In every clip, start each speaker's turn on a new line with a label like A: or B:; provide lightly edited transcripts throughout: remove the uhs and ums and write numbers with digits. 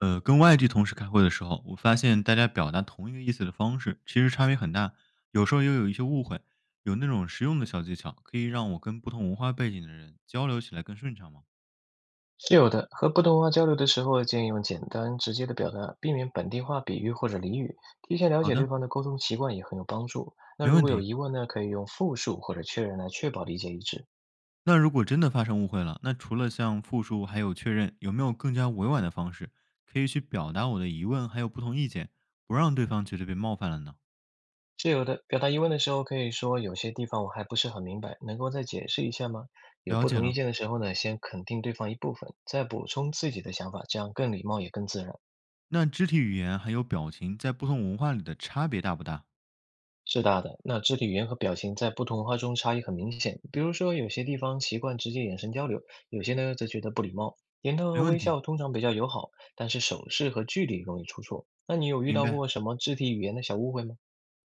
A: 跟外地同事开会的时候，我发现大家表达同一个意思的方式其实差别很大，有时候又有一些误会。有那种实用的小技巧，可以让我跟不同文化背景的人交流起来更顺畅吗？
B: 是有的，和不同文化交流的时候，建议用简单直接的表达，避免本地化比喻或者俚语。提前了
A: 好
B: 解对
A: 的，
B: 方的沟通习惯也很有帮助。那
A: 没
B: 如
A: 问
B: 果有
A: 题。
B: 疑问呢，可以用复述或者确认来确保理解一致。
A: 那如果真的发生误会了，那除了像复述还有确认，有没有更加委婉的方式可以去表达我的疑问还有不同意见，不让对方觉得被冒犯了呢？
B: 是有的，表达疑问的时候可以说有些地方我还不是很明白，能够再解释一下吗？有
A: 了
B: 不
A: 解
B: 同
A: 了。
B: 意见的时候呢，先肯定对方一部分，再补充自己的想法，这样更礼貌也更自然。
A: 那肢体语言还有表情在不同文化里的差别大不大？
B: 是大的，那肢体语言和表情在不同文化中差异很明显。比如说，有些地方习惯直接眼神交流，有些呢则觉得不礼貌。点头
A: 没
B: 和
A: 问
B: 微
A: 题，
B: 笑通常比较友好，但是手势和距离容易出错。那你有遇
A: 明
B: 到
A: 白。
B: 过什么肢体语言的小误会吗？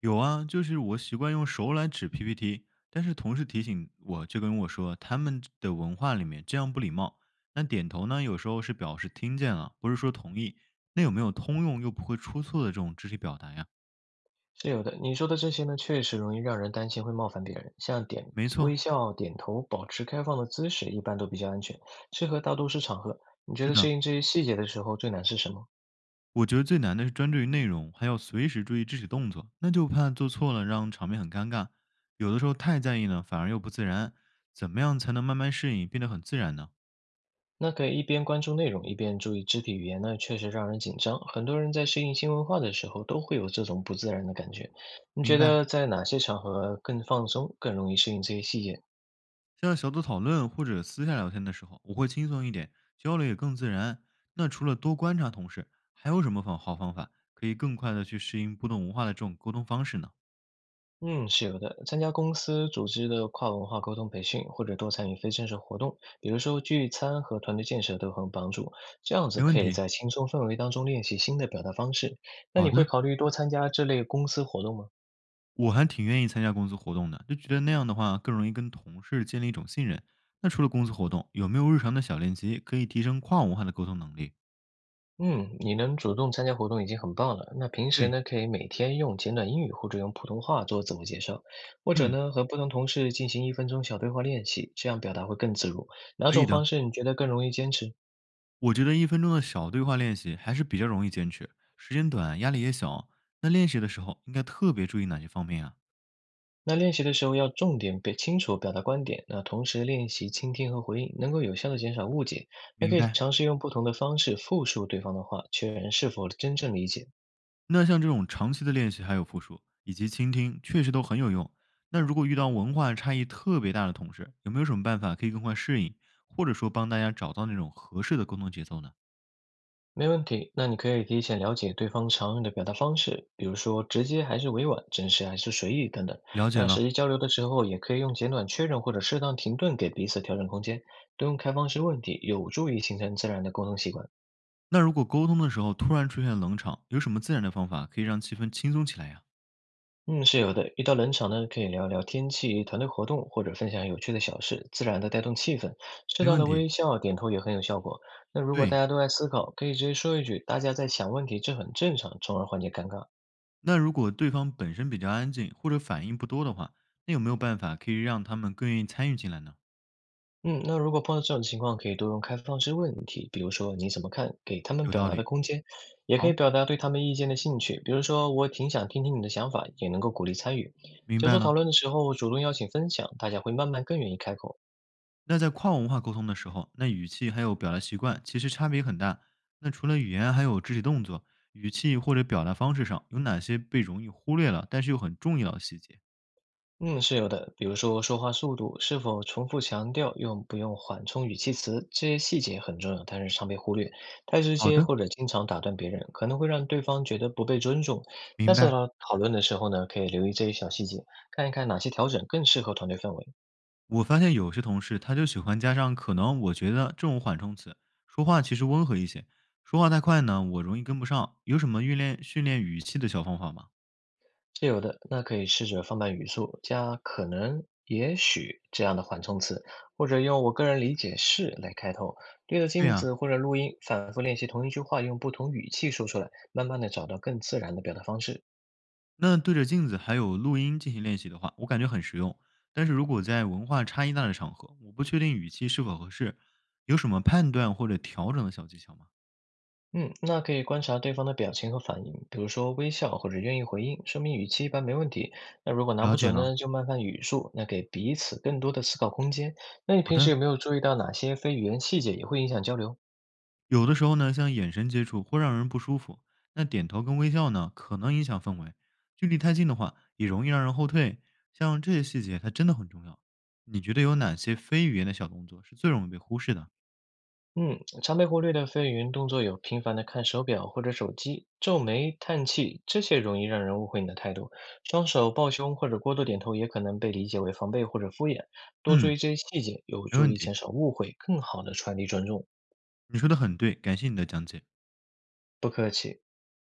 A: 有啊，就是我习惯用手来指 PPT，但是同事提醒我，就跟我说他们的文化里面这样不礼貌。那点头呢，有时候是表示听见了，不是说同意。那有没有通用又不会出错的这种肢体表达呀？
B: 是有的，你说的这些呢，确实容易让人担心会冒犯别人。像点
A: 没错，
B: 微笑、点头、保持开放的姿势，一般都比较安全，适合大多数场合。你觉
A: 是
B: 得
A: 的，
B: 适应这些细节的时候最难是什么？
A: 我觉得最难的是专注于内容，还要随时注意肢体动作，那就怕做错了让场面很尴尬。有的时候太在意呢，反而又不自然。怎么样才能慢慢适应，变得很自然呢？
B: 那可以一边关注内容，一边注意肢体语言呢，确实让人紧张。很多人在适应新文化的时候，都会有这种不自然的感觉。你
A: 明
B: 觉
A: 白。
B: 得在哪些场合更放松，更容易适应这些细节？
A: 像小组讨论或者私下聊天的时候，我会轻松一点，交流也更自然。那除了多观察同事，还有什么方好方法可以更快的去适应不同文化的这种沟通方式呢？
B: 嗯，是有的。参加公司组织的跨文化沟通培训，或者多参与非正式活动，比如说聚餐和团队建设都很有帮助。这样
A: 没
B: 子
A: 问
B: 可以
A: 题，
B: 在轻松氛围当中练习新的表达方式。那
A: 好
B: 你会
A: 的，
B: 考虑多参加这类公司活动吗？
A: 我还挺愿意参加公司活动的，就觉得那样的话更容易跟同事建立一种信任。那除了公司活动，有没有日常的小练习可以提升跨文化的沟通能力？
B: 嗯，你能主动参加活动已经很棒了。那平时
A: 对，
B: 呢，可以每天用简短英语或者用普通话做自我介绍，或者
A: 嗯，
B: 呢，和不同同事进行1分钟小对话练习，这样表达会更自如。哪
A: 可以
B: 种
A: 的。
B: 方式你觉得更容易坚持？
A: 我觉得1分钟的小对话练习还是比较容易坚持，时间短，压力也小。那练习的时候应该特别注意哪些方面啊？
B: 那练习的时候要重点表清楚表达观点，那同时练习倾听和回应，能够有效的减少误解。还
A: 明
B: 可以
A: 白。
B: 尝试用不同的方式复述对方的话，确认是否真正理解。
A: 那像这种长期的练习，还有复述以及倾听，确实都很有用。那如果遇到文化差异特别大的同事，有没有什么办法可以更快适应，或者说帮大家找到那种合适的沟通节奏呢？
B: 没问题，那你可以提前了解对方常用的表达方式，比如说直接还是委婉，真实还是随意等等。
A: 了解
B: 那
A: 了。
B: 实际交流的时候，也可以用简短确认或者适当停顿给彼此调整空间，多用开放式问题，有助于形成自然的沟通习惯。
A: 那如果沟通的时候突然出现冷场，有什么自然的方法可以让气氛轻松起来呀、
B: 嗯，是有的。遇到冷场呢，可以聊聊天气、团队活动，或者分享有趣的小事，自然的带动气氛。适
A: 没
B: 当
A: 问
B: 的
A: 题。
B: 微笑、点头也很有效果。那如果大
A: 对，
B: 家都爱思考，可以直接说一句"大家在想问题，这很正常"，从而缓解尴尬。
A: 那如果对方本身比较安静或者反应不多的话，那有没有办法可以让他们更愿意参与进来呢？
B: 嗯，那如果碰到这种情况，可以多用开放式问题，比如说你怎么看，给他们
A: 有
B: 表
A: 道
B: 达的
A: 理。
B: 空间，也可以
A: 好，
B: 表达对他们意见的兴趣，比如说我挺想听听你的想法，也能够鼓励参与。
A: 明
B: 小
A: 白
B: 组
A: 了。
B: 讨论的时候，主动邀请分享，大家会慢慢更愿意开口。
A: 那在跨文化沟通的时候，那语气还有表达习惯其实差别很大。那除了语言，还有肢体动作、语气或者表达方式上，有哪些被容易忽略了，但是又很重要的细节？
B: 嗯，是有的。比如说，说话速度是否重复强调，用不用缓冲语气词，这些细节很重要，但是常被忽略。太直
A: 好
B: 接
A: 的，
B: 或者经常打断别人，可能会让对方觉得不被尊重。
A: 明
B: 下次
A: 白。
B: 讨论的时候呢，可以留意这些小细节，看一看哪些调整更适合团队氛围。
A: 我发现有些同事他就喜欢加上可能，我觉得这种缓冲词，说话其实温和一些。说话太快呢，我容易跟不上。有什么训练语气的小方法吗？
B: 是有的，那可以试着放慢语速，加可能、也许这样的缓冲词，或者用"我个人理解是"来开头，对着
A: 对
B: 镜
A: 呀、
B: 子或者录音，反复练习同一句话，用不同语气说出来，慢慢的找到更自然的表达方式。
A: 那对着镜子还有录音进行练习的话，我感觉很实用。但是如果在文化差异大的场合，我不确定语气是否合适，有什么判断或者调整的小技巧吗？
B: 嗯，那可以观察对方的表情和反应，比如说微笑或者愿意回应，说明语气一般没问题。那如果拿
A: 了
B: 不
A: 解
B: 准
A: 了，
B: 呢，就慢慢语速，那给彼此更多的思考空间。那你
A: 好
B: 平
A: 的。
B: 时有没有注意到哪些非语言细节也会影响交流？
A: 有的时候呢，像眼神接触会让人不舒服，那点头跟微笑呢，可能影响氛围。距离太近的话，也容易让人后退。像这些细节，它真的很重要。你觉得有哪些非语言的小动作是最容易被忽视的？
B: 嗯，常被忽略的非语言动作有频繁的看手表或者手机、皱眉、叹气，这些容易让人误会你的态度。双手抱胸或者过度点头也可能被理解为防备或者敷衍。多注
A: 嗯，
B: 意这些细节，有
A: 没
B: 助
A: 问
B: 于减
A: 题，
B: 少误会，更好的传递尊重。
A: 你说的很对，感谢你的讲解。
B: 不客气。